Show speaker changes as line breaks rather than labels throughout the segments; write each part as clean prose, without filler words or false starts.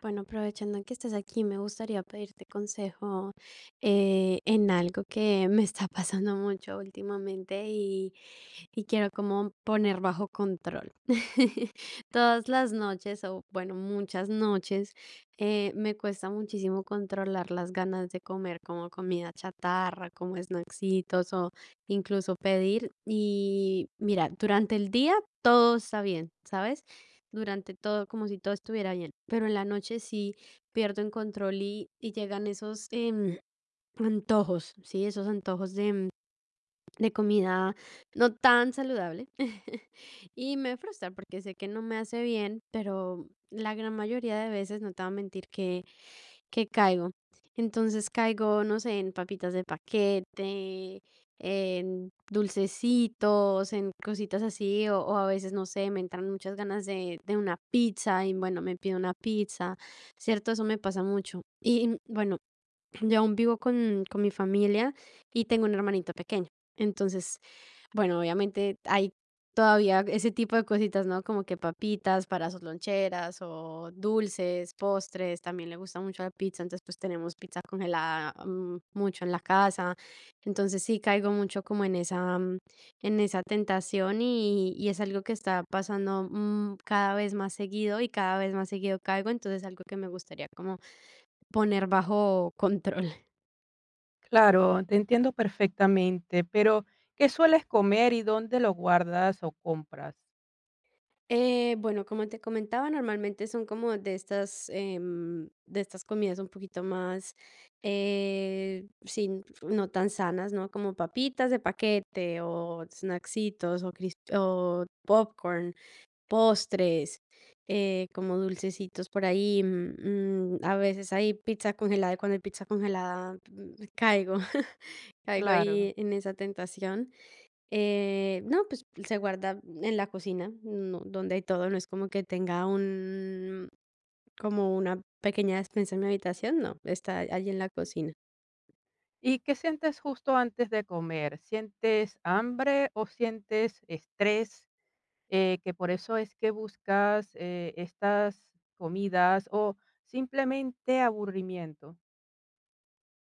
Bueno, aprovechando que estás aquí, me gustaría pedirte consejo en algo que me está pasando mucho últimamente y quiero como poner bajo control. Todas las noches, o bueno, muchas noches, me cuesta muchísimo controlar las ganas de comer como comida chatarra, como snacksitos o incluso pedir. Y mira, durante el día todo está bien, ¿sabes? Durante todo, como si todo estuviera bien. Pero en la noche sí pierdo el control y llegan esos antojos, ¿sí? Esos antojos de comida no tan saludable. Y me frustra porque sé que no me hace bien, pero la gran mayoría de veces, no te voy a mentir, que caigo. Entonces caigo, no sé, en papitas de paquete, en dulcecitos, en cositas así, o a veces, no sé, me entran muchas ganas de una pizza y bueno, me pido una pizza, ¿cierto? Eso me pasa mucho. Y bueno, yo aún vivo con mi familia y tengo un hermanito pequeño. Entonces, bueno, obviamente hay todavía ese tipo de cositas, ¿no? Como que papitas para sus loncheras o dulces, postres, también le gusta mucho la pizza, entonces pues tenemos pizza congelada mucho en la casa. Entonces sí caigo mucho como en esa tentación y es algo que está pasando cada vez más seguido y cada vez más seguido caigo, entonces es algo que me gustaría como poner bajo control.
Claro, te entiendo perfectamente, pero ¿qué sueles comer y dónde lo guardas o compras?
Bueno, como te comentaba, normalmente son como de estas, de estas comidas un poquito más, sin, no tan sanas, ¿no? Como papitas de paquete o snacksitos o popcorn, postres, como dulcecitos por ahí. A veces hay pizza congelada y cuando hay pizza congelada caigo, caigo
Claro.
ahí en esa tentación. No, pues se guarda en la cocina, no, donde hay todo, no es como que tenga como una pequeña despensa en mi habitación, no, está allí en la cocina.
¿Y qué sientes justo antes de comer? ¿Sientes hambre o sientes estrés? Que por eso es que buscas estas comidas o simplemente aburrimiento.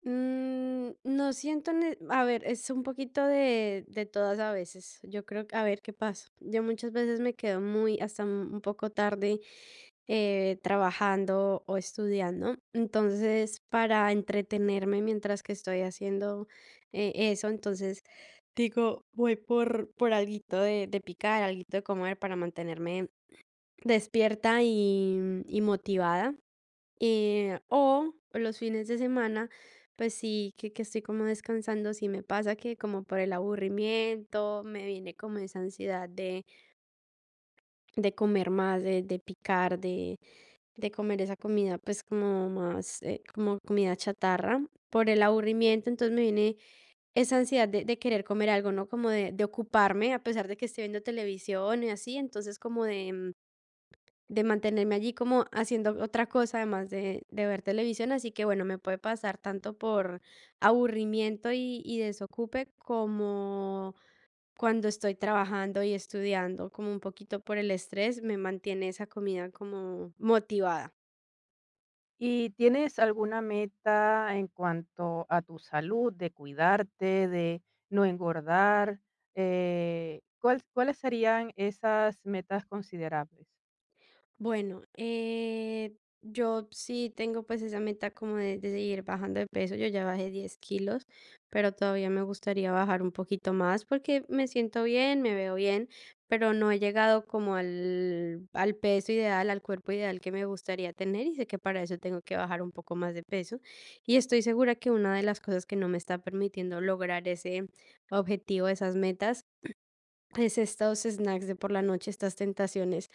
No siento, a ver, es un poquito de todas a veces. Yo creo, a ver qué pasa. Yo muchas veces me quedo hasta un poco tarde trabajando o estudiando. Entonces, para entretenerme mientras que estoy haciendo eso, entonces digo, voy por alguito de picar, alguito de comer para mantenerme despierta y motivada. O los fines de semana, pues sí, que estoy como descansando, sí me pasa que como por el aburrimiento, me viene como esa ansiedad de comer más, de picar, de comer esa comida, pues como más, como comida chatarra por el aburrimiento, entonces me viene esa ansiedad de querer comer algo, ¿no? Como de ocuparme, a pesar de que esté viendo televisión y así, entonces como de mantenerme allí como haciendo otra cosa además de ver televisión, así que bueno, me puede pasar tanto por aburrimiento y desocupe como cuando estoy trabajando y estudiando, como un poquito por el estrés, me mantiene esa comida como motivada.
¿Y tienes alguna meta en cuanto a tu salud, de cuidarte, de no engordar? ¿Cuáles serían esas metas considerables?
Bueno, yo sí tengo pues esa meta como de seguir bajando de peso. Yo ya bajé 10 kilos, pero todavía me gustaría bajar un poquito más porque me siento bien, me veo bien, pero no he llegado como al peso ideal, al cuerpo ideal que me gustaría tener y sé que para eso tengo que bajar un poco más de peso. Y estoy segura que una de las cosas que no me está permitiendo lograr ese objetivo, esas metas, es estos snacks de por la noche, estas tentaciones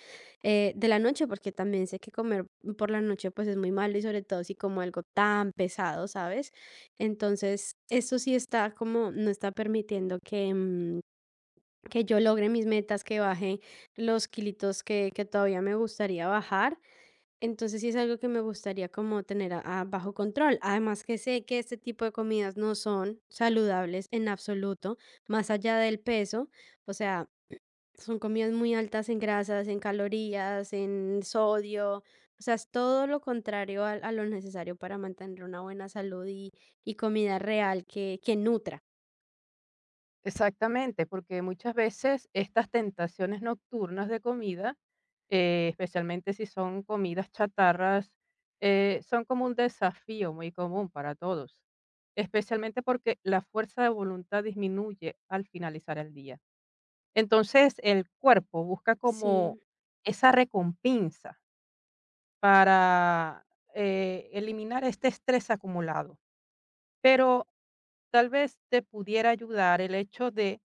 de la noche, porque también sé que comer por la noche pues es muy malo y sobre todo si como algo tan pesado, ¿sabes? Entonces, esto sí está como, no está permitiendo que yo logre mis metas, que baje los kilitos que todavía me gustaría bajar. Entonces, sí es algo que me gustaría como tener a bajo control. Además que sé que este tipo de comidas no son saludables en absoluto, más allá del peso, o sea, son comidas muy altas en grasas, en calorías, en sodio, o sea, es todo lo contrario a lo necesario para mantener una buena salud y comida real que nutra.
Exactamente, porque muchas veces estas tentaciones nocturnas de comida, especialmente si son comidas chatarras, son como un desafío muy común para todos, especialmente porque la fuerza de voluntad disminuye al finalizar el día. Entonces, el cuerpo busca como
Sí,
esa recompensa para, eliminar este estrés acumulado. Pero tal vez te pudiera ayudar el hecho de,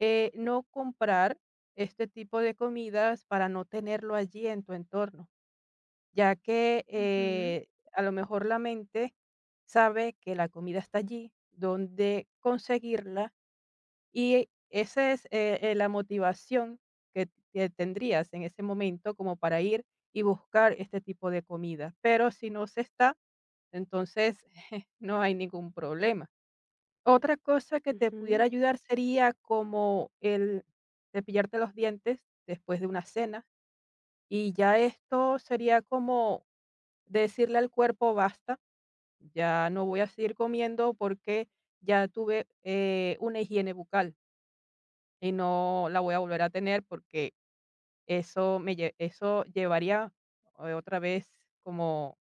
no comprar este tipo de comidas para no tenerlo allí en tu entorno, ya que, a lo mejor la mente sabe que la comida está allí, donde conseguirla. Y esa es, la motivación que tendrías en ese momento como para ir y buscar este tipo de comida. Pero si no se está, entonces no hay ningún problema. Otra cosa que te pudiera
ujú,
ayudar sería como el cepillarte los dientes después de una cena, y ya esto sería como decirle al cuerpo basta, ya no voy a seguir comiendo porque ya tuve, una higiene bucal y no la voy a volver a tener porque eso llevaría otra vez como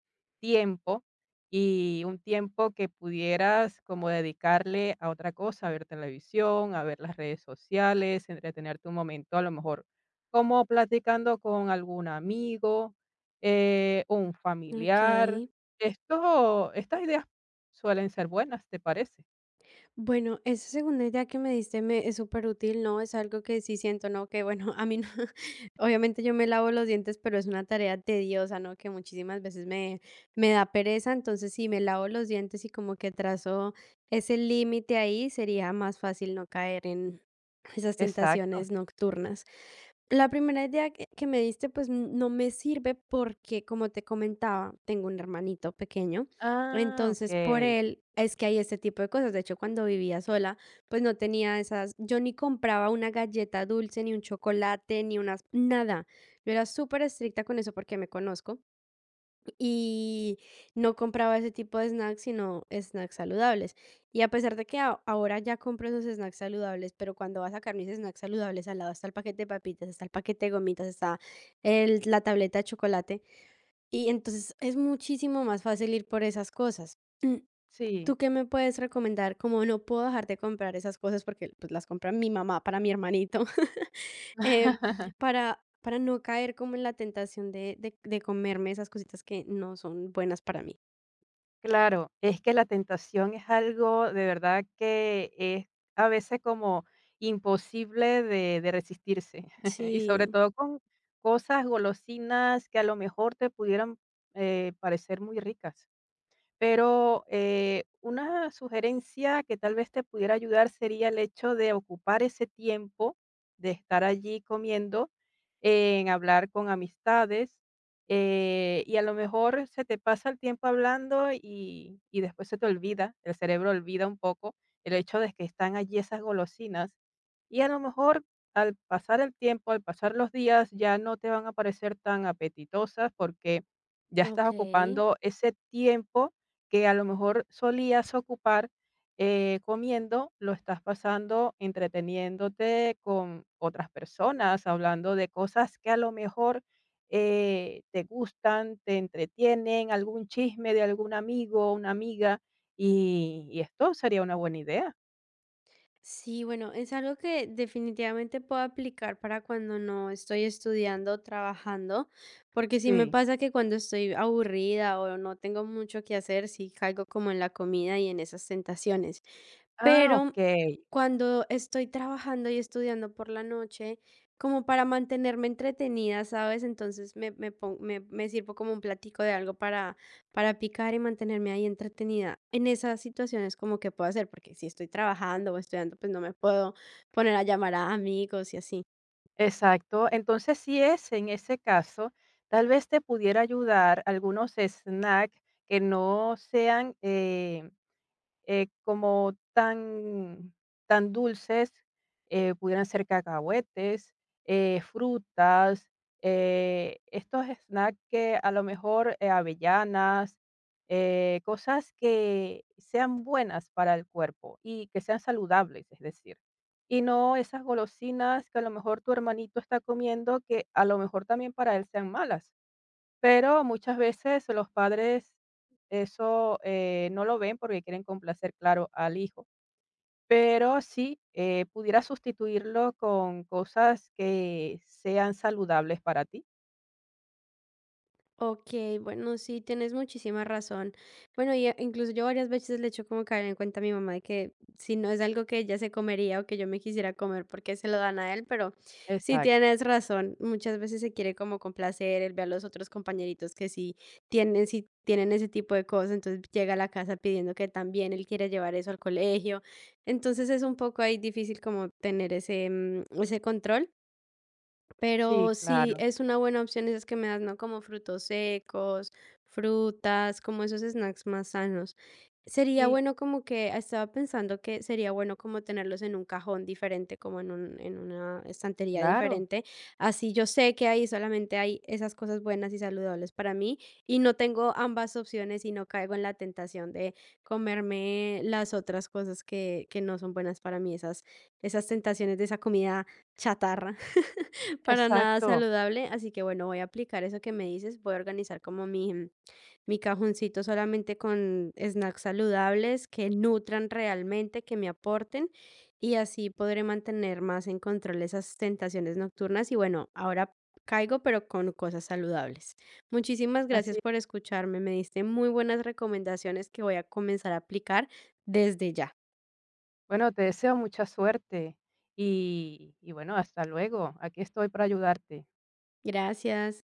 tiempo, y un tiempo que pudieras como dedicarle a otra cosa, a ver televisión, a ver las redes sociales, entretenerte un momento, a lo mejor como platicando con algún amigo, un familiar.
okey.
Esto Estas ideas suelen ser buenas, ¿te parece?
Bueno, esa segunda idea que me diste me es súper útil, ¿no? Es algo que sí siento, ¿no? Que bueno, a mí no, obviamente yo me lavo los dientes, pero es una tarea tediosa, ¿no? Que muchísimas veces me da pereza, entonces si me lavo los dientes y como que trazo ese límite ahí, sería más fácil no caer en esas
Exacto.
tentaciones nocturnas. La primera idea que me diste, pues no me sirve porque, como te comentaba, tengo un hermanito pequeño.
Ah,
Entonces, por
okey.
él es que hay este tipo de cosas. De hecho, cuando vivía sola, pues no tenía yo ni compraba una galleta dulce, ni un chocolate, ni unas, nada. Yo era súper estricta con eso porque me conozco y no compraba ese tipo de snacks, sino snacks saludables. Y a pesar de que ahora ya compro esos snacks saludables, pero cuando va a sacar mis snacks saludables, al lado está el paquete de papitas, está el paquete de gomitas, está la tableta de chocolate. Y entonces es muchísimo más fácil ir por esas cosas.
Sí.
¿Tú qué me puedes recomendar? Como no puedo dejar de comprar esas cosas porque, pues, las compra mi mamá para mi hermanito, em, para no caer como en la tentación de comerme esas cositas que no son buenas para mí.
Claro, es que la tentación es algo de verdad que es a veces como imposible de resistirse y sobre
Sí.
todo con cosas golosinas que a lo mejor te pudieran parecer muy ricas. Pero, una sugerencia que tal vez te pudiera ayudar sería el hecho de ocupar ese tiempo de estar allí comiendo, en hablar con amistades, y a lo mejor se te pasa el tiempo hablando, y después se te olvida, el cerebro olvida un poco el hecho de que están allí esas golosinas, y a lo mejor al pasar el tiempo, al pasar los días, ya no te van a parecer tan apetitosas porque ya estás
Okey.
ocupando ese tiempo que a lo mejor solías ocupar, comiendo, lo estás pasando entreteniéndote con otras personas, hablando de cosas que a lo mejor, te gustan, te entretienen, algún chisme de algún amigo, una amiga, y esto sería una buena idea.
Sí, bueno, es algo que definitivamente puedo aplicar para cuando no estoy estudiando o trabajando, porque sí me
Sí.
pasa que cuando estoy aburrida o no tengo mucho que hacer, sí caigo como en la comida y en esas tentaciones.
Ah,
Pero
okey,
cuando estoy trabajando y estudiando por la noche, como para mantenerme entretenida, ¿sabes? Entonces me sirvo como un platico de algo para picar y mantenerme ahí entretenida en esas situaciones como que puedo hacer, porque si estoy trabajando o estudiando, pues no me puedo poner a llamar a amigos y así.
exacto. Entonces, si es en ese caso, tal vez te pudiera ayudar algunos snacks que no sean, como tan, tan dulces, pudieran ser cacahuetes, frutas, estos snacks que a lo mejor avellanas, cosas que sean buenas para el cuerpo y que sean saludables, es decir. Y no esas golosinas que a lo mejor tu hermanito está comiendo, que a lo mejor también para él sean malas. Pero muchas veces los padres eso, no lo ven porque quieren complacer, claro, al hijo. Pero sí, pudiera sustituirlo con cosas que sean saludables para ti.
Ok, bueno, sí, tienes muchísima razón. Bueno, y incluso yo varias veces le echo como caer en cuenta a mi mamá de que si no es algo que ella se comería o que yo me quisiera comer, porque se lo dan a él, pero sí
Exacto.
tienes razón. Muchas veces se quiere como complacer, él ve a los otros compañeritos que sí tienen ese tipo de cosas, entonces llega a la casa pidiendo que también él quiere llevar eso al colegio. Entonces es un poco ahí difícil como tener ese control.
Sí,
Pero sí,
claro.
es una buena opción esas que me das, ¿no? Como frutos secos, frutas, como esos snacks más sanos. Sería
Sí,
bueno como que estaba pensando que sería bueno como tenerlos en un cajón diferente, como en una estantería
claro.
diferente. Así yo sé que ahí solamente hay esas cosas buenas y saludables para mí y no tengo ambas opciones y no caigo en la tentación de comerme las otras cosas que no son buenas para mí, esas tentaciones de esa comida chatarra. Para nada
Exacto.
saludable, así que bueno, voy a aplicar eso que me dices, voy a organizar como mi cajoncito solamente con snacks saludables que nutran realmente, que me aporten y así podré mantener más en control esas tentaciones nocturnas y bueno, ahora caigo pero con cosas saludables. Muchísimas
Así.
gracias por escucharme, me diste muy buenas recomendaciones que voy a comenzar a aplicar desde ya.
Bueno, te deseo mucha suerte y bueno, hasta luego. Aquí estoy para ayudarte.
Gracias.